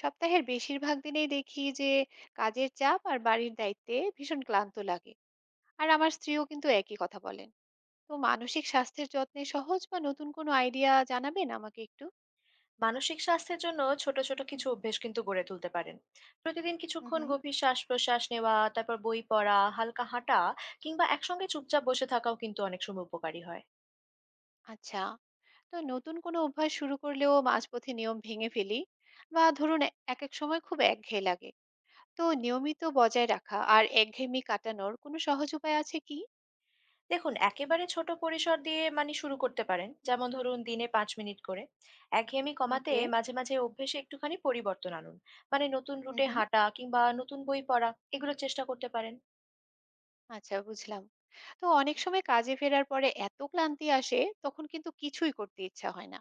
সপ্তাহের বেশিরভাগ দিনেই দেখি যে কাজের চাপ আর বাড়ির দায়িত্বে ভীষণ ক্লান্ত লাগে। আর আমার স্ত্রীও কিন্তু একই কথা বলেন। তো মানসিক স্বাস্থ্যের যত্নে সহজ বা নতুন কোনো আইডিয়া জানাবেন আমাকে একটু। মানসিক স্বাস্থ্যের জন্য ছোট ছোট কিছু অভ্যেস কিন্তু গড়ে তুলতে পারেন। প্রতিদিন হুম কিছুক্ষণ হুম। গভীর শ্বাস প্রশ্বাস নেওয়া, তারপর বই পড়া, হালকা হাঁটা কিংবা একসঙ্গে চুপচাপ বসে থাকাও কিন্তু অনেক সময় উপকারী হয়। আচ্ছা। তো নতুন কোনো অভ্যাস শুরু করলেও মাঝপথে নিয়ম ভেঙে ফেলি, বা ধরুন এক এক সময় খুব একঘেয়ে লাগে। তো নিয়মিত বজায় রাখা আর একঘেয়েমি কাটানোর কোনো সহজ উপায় আছে কি? দেখুন, একেবারে ছোট পরিসর দিয়ে মানে শুরু করতে পারেন, যেমন ধরুন দিনে 5 মিনিট করে। একঘেয়েমি কমাতে ওকে। মাঝে মাঝে অভ্যেসে একটুখানি পরিবর্তন আনুন, মানে নতুন হুম রুটে হুম। হাঁটা কিংবা নতুন বই পড়া, এগুলো চেষ্টা করতে পারেন। আচ্ছা, বুঝলাম। তো অনেক সময় কাজে ফেরার পরে এত ক্লান্তি আসে, তখন কিন্তু কিছুই করতে ইচ্ছা হয় না।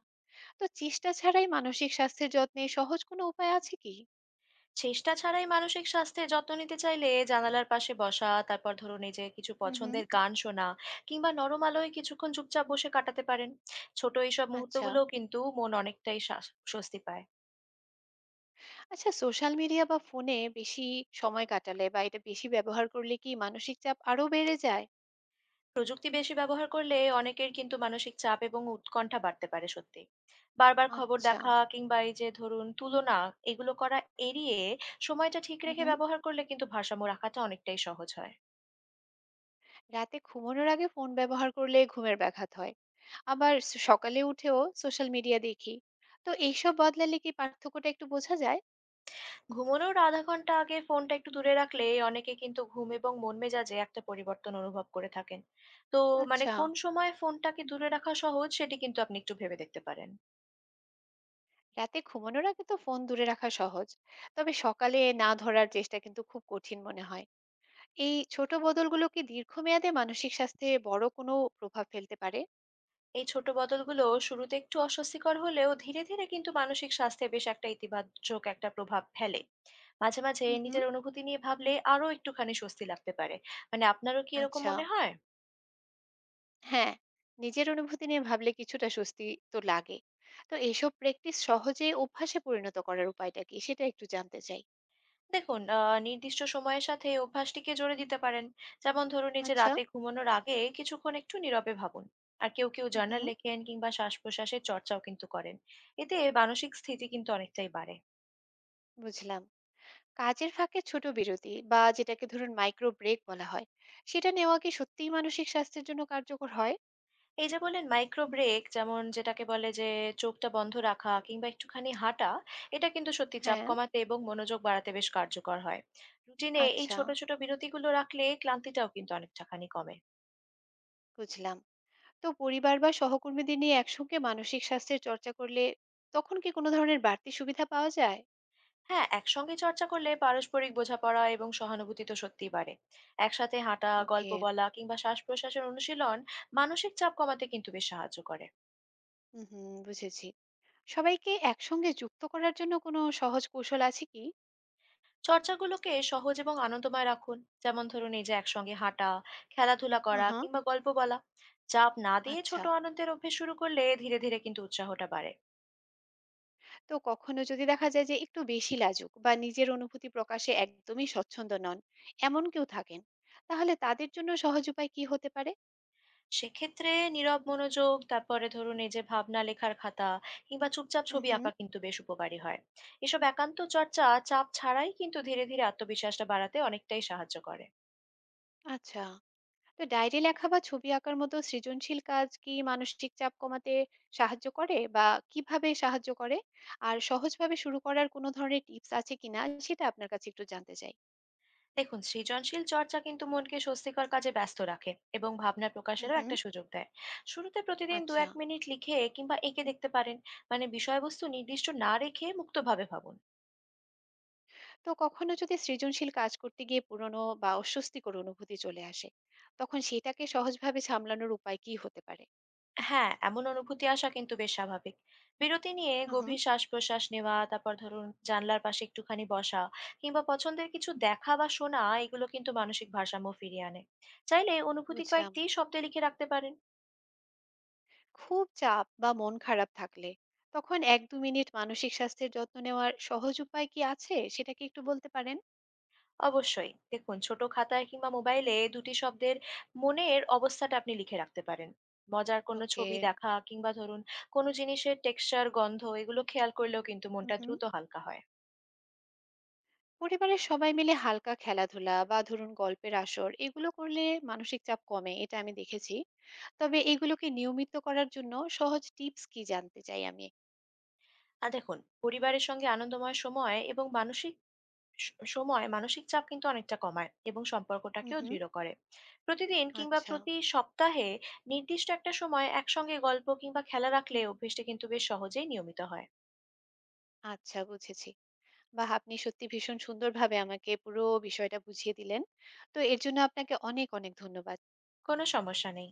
তো চেষ্টা ছাড়াই মানসিক স্বাস্থ্যের যত্নে সহজ কোনো উপায় আছে কি? চেষ্টা ছাড়াই মানসিক স্বাস্থ্যের যত্ন নিতে চাইলে জানালার পাশে বসা, তারপর ধরুন এই যে কিছু হুম হুম। পছন্দের গান শোনা কিংবা নরম আলোয় কিছুক্ষণ চুপচাপ বসে কাটাতে পারেন। ছোট এইসব আচ্ছা। মুহূর্তগুলোও কিন্তু মন অনেকটাই স্বস্তি পায়। আচ্ছা, সোশ্যাল মিডিয়া বা ফোনে বেশি সময় কাটালে বা এটা বেশি ব্যবহার করলে কি মানসিক চাপ আরো বেড়ে যায়? প্রযুক্তি বেশি ব্যবহার করলে অনেকের কিন্তু মানসিক চাপ এবং উৎকণ্ঠা বাড়তে পারে সত্যি। বারবার খবর আচ্ছা। দেখা কিংবা এই যে ধরুন তুলনা, এগুলো করা এড়িয়ে সময়টা ঠিক হুম রেখে হুম। ব্যবহার করলে কিন্তু ভারসাম্য রাখাটা অনেকটাই সহজ হয়। রাতে ঘুমানোর আগে ফোন ব্যবহার করলে ঘুমের ব্যাঘাত হয়, আবার সকালে উঠেও সোশ্যাল মিডিয়া দেখি। তো এইসব বদলালে কি পার্থক্যটা একটু বোঝা যায়? ঘুমানোর আধা ঘন্টা আগে ফোনটা একটু দূরে রাখলে অনেকে কিন্তু ঘুম এবং মন মেজাজে একটা পরিবর্তন অনুভব করে থাকেন। তো মানে আচ্ছা। কোন সময় ফোনটাকে দূরে রাখা সহজ সেটি কিন্তু আপনি একটু ভেবে দেখতে পারেন। রাতে ঘুমানোর আগে তো ফোন দূরে রাখা সহজ, তবে সকালে না ধরার চেষ্টা কিন্তু খুব কঠিন মনে হয়। এই ছোট বদলগুলো কি দীর্ঘমেয়াদে মানসিক স্বাস্থ্যে বড় কোনো প্রভাব ফেলতে পারে? এই ছোট বদলগুলো শুরুতে একটু অস্বস্তিকর হলেও ধীরে ধীরে কিন্তু মানসিক স্বাস্থ্যে বেশ একটা ইতিবাচক একটা প্রভাব ফেলে। মাঝে মাঝে হুম হুম। নিজের অনুভূতি নিয়ে ভাবলে আরো একটুখানি স্বস্তি লাগতে পারে। মানে আপনারও কি এরকম আচ্ছা। মনে হয়? হ্যাঁ, নিজের অনুভূতি নিয়ে ভাবলে কিছুটা স্বস্তি তো লাগে। তো এইসব প্র্যাকটিস সহজে অভ্যাসে পরিণত করার উপায়টা কি, সেটা একটু জানতে চাই। দেখুন নির্দিষ্ট সময়ের সাথে অভ্যাসটিকে জোরে দিতে পারেন, যেমন ধরুন এই যে আচ্ছা। রাতে ঘুমানোর আগে কিছুক্ষণ একটু নীরবে ভাবুন। আর কেউ কেউ জার্নাল হুম। লেখেন কিংবা শ্বাস প্রশ্বাসের চর্চাও কিন্তু করেন। এতে মানসিক স্থিতি কিন্তু অনেকটাই বাড়ে। বুঝলাম। কাজের ফাঁকে ছোট বিরতি বা যেটাকে ধরুন মাইক্রো ব্রেক বলা হয়, সেটা নেওয়া কি সত্যিই মানসিক স্বাস্থ্যের জন্য কার্যকর হয়? এই যে বলেন মাইক্রো ব্রেক, যেমন যেটাকে বলে যে চোখটা বন্ধ রাখা কিংবা একটুখানি হাঁটা, এটা কিন্তু সত্যি চাপ হ্যাঁ। কমাতে এবং মনোযোগ বাড়াতে বেশ কার্যকর হয়। রুটিনে এই আচ্ছা, ছোট ছোট বিরতিগুলো রাখলে ক্লান্তিটাও কিন্তু অনেকটাখানি কমে। বুঝলাম। তো পরিবার বা সহকর্মীদের নিয়ে একসঙ্গে মানসিক স্বাস্থ্যের চর্চা করলে তখন কি কোনো ধরনের বাড়তি সুবিধা পাওয়া যায়? হ্যাঁ, একসঙ্গে চর্চা করলে পারস্পরিক বোঝাপড়া এবং সহানুভূতি তো সত্যিই বাড়ে। একসাথে হাঁটা, ওকে, গল্প বলা কিংবা শ্বাস প্রশ্বাসের অনুশীলন মানসিক চাপ কমাতে কিন্তু বেশ সাহায্য করে। হুম, হুম, বুঝেছি। সবাইকে একসঙ্গে যুক্ত করার জন্য কোনো সহজ কৌশল আছে কি? চর্চাগুলোকে সহজ এবং আনন্দময় রাখুন, যেমন ধরুন এই যে একসঙ্গে হাঁটা, খেলাধুলা করা আহা। কিংবা গল্প বলা। চাপ না দিয়ে আচ্ছা। ছোট আনন্দের অভ্যেস শুরু করলে ধীরে ধীরে কিন্তু উৎসাহটা বাড়ে। তো কখনো যদি দেখা যায় যে একটু বেশি লাজুক বা নিজের অনুভূতি প্রকাশে একদমই স্বচ্ছন্দ নন, এমন কেউ থাকেন, তাহলে তাদের জন্য সহজ উপায় কি হতে পারে? সেক্ষেত্রে নীরব মনোযোগ, তারপরে ধরুন এই যে ভাবনা লেখার খাতা কিংবা চুপচাপ হুম, ছবি হুম। আঁকা কিন্তু বেশ উপকারী হয়। এসব একান্ত চর্চা চাপ ছাড়াই কিন্তু ধীরে ধীরে আত্মবিশ্বাসটা বাড়াতে অনেকটাই সাহায্য করে। আচ্ছা। তো ডায়েরি লেখা বা ছবি আঁকার মতো সৃজনশীল কাজ কি মানসিক চাপ কমাতে সাহায্য করে, বা কিভাবে সাহায্য করে, আর সহজভাবে শুরু করার কোনো ধরনের টিপস আছে কিনা সেটা আপনার কাছে একটু জানতে চাই। দেখুন, সৃজনশীল চর্চা কিন্তু মনকে স্বস্তিকর কাজে ব্যস্ত রাখে এবং ভাবনা উম প্রকাশেরও হুম। একটা সুযোগ দেয়। শুরুতে প্রতিদিন দু আচ্ছা। এক মিনিট লিখে কিংবা এঁকে দেখতে পারেন। মানে বিষয়বস্তু নির্দিষ্ট না রেখে মুক্তভাবে ভাবুন। তো কখনো যদি সৃজনশীল কাজ করতে গিয়ে পুরনো বা অস্বস্তিকর অনুভূতি চলে আসে, তখন সেটাকে সহজভাবে সামলানোর উপায় কি হতে পারে? হ্যাঁ, এমন অনুভূতি আসা কিন্তু বেশ স্বাভাবিক। বিরতি নিয়ে উহুম। গভীর শ্বাস-প্রশ্বাস নেওয়া, তারপর ধরুন জানলার পাশে একটুখানি বসা কিংবা পছন্দের কিছু দেখা বা শোনা, এগুলো কিন্তু মানসিক ভারসাম্য ফিরিয়ে আনে। চাইলে অনুভূতি বুঝলাম। কয়েকটি শব্দে লিখে রাখতে পারেন। খুব চাপ বা মন খারাপ থাকলে তখন এক দু মিনিট মানসিক স্বাস্থ্যের যত্ন নেওয়ার সহজ উপায় কি আছে, সেটা কি একটু বলতে পারেন? অবশ্যই, দেখুন ছোট খাতায় কিংবা মোবাইলে দুটি শব্দের মনের অবস্থাটা আপনি লিখে রাখতে পারেন। মজার কোনো ওকে। ছবি দেখা কিংবা ধরুন কোনো জিনিসের টেক্সচার, গন্ধ এগুলো খেয়াল করলেও কিন্তু হুম মনটা হুম। দ্রুত হালকা হয়। পরিবারের সবাই মিলে হালকা খেলাধুলা বা ধরুন গল্পের আসর, এগুলো করলে মানসিক চাপ কমে, এটা আমি দেখেছি। তবে এগুলোকে নিয়মিত করার জন্য সহজ টিপস কি, জানতে চাই আমি। আর দেখুন, পরিবারের সঙ্গে আনন্দময় সময় এবং মানসিক স সময় মানসিক চাপ কিন্তু অনেকটা কমায় এবং হুম সম্পর্কটাকেও হুম। দৃঢ় করে। প্রতিদিন কিংবা আচ্ছা। প্রতি সপ্তাহে নির্দিষ্ট একটা সময় একসঙ্গে গল্প কিংবা খেলা রাখলে অভ্যেসটা কিন্তু বেশ সহজেই নিয়মিত হয়। আচ্ছা, বুঝেছি। বাহ, আপনি সত্যি ভীষণ সুন্দরভাবে আমাকে পুরো বিষয়টা বুঝিয়ে দিলেন। তো এর জন্য আপনাকে অনেক অনেক ধন্যবাদ। কোনো সমস্যা নেই।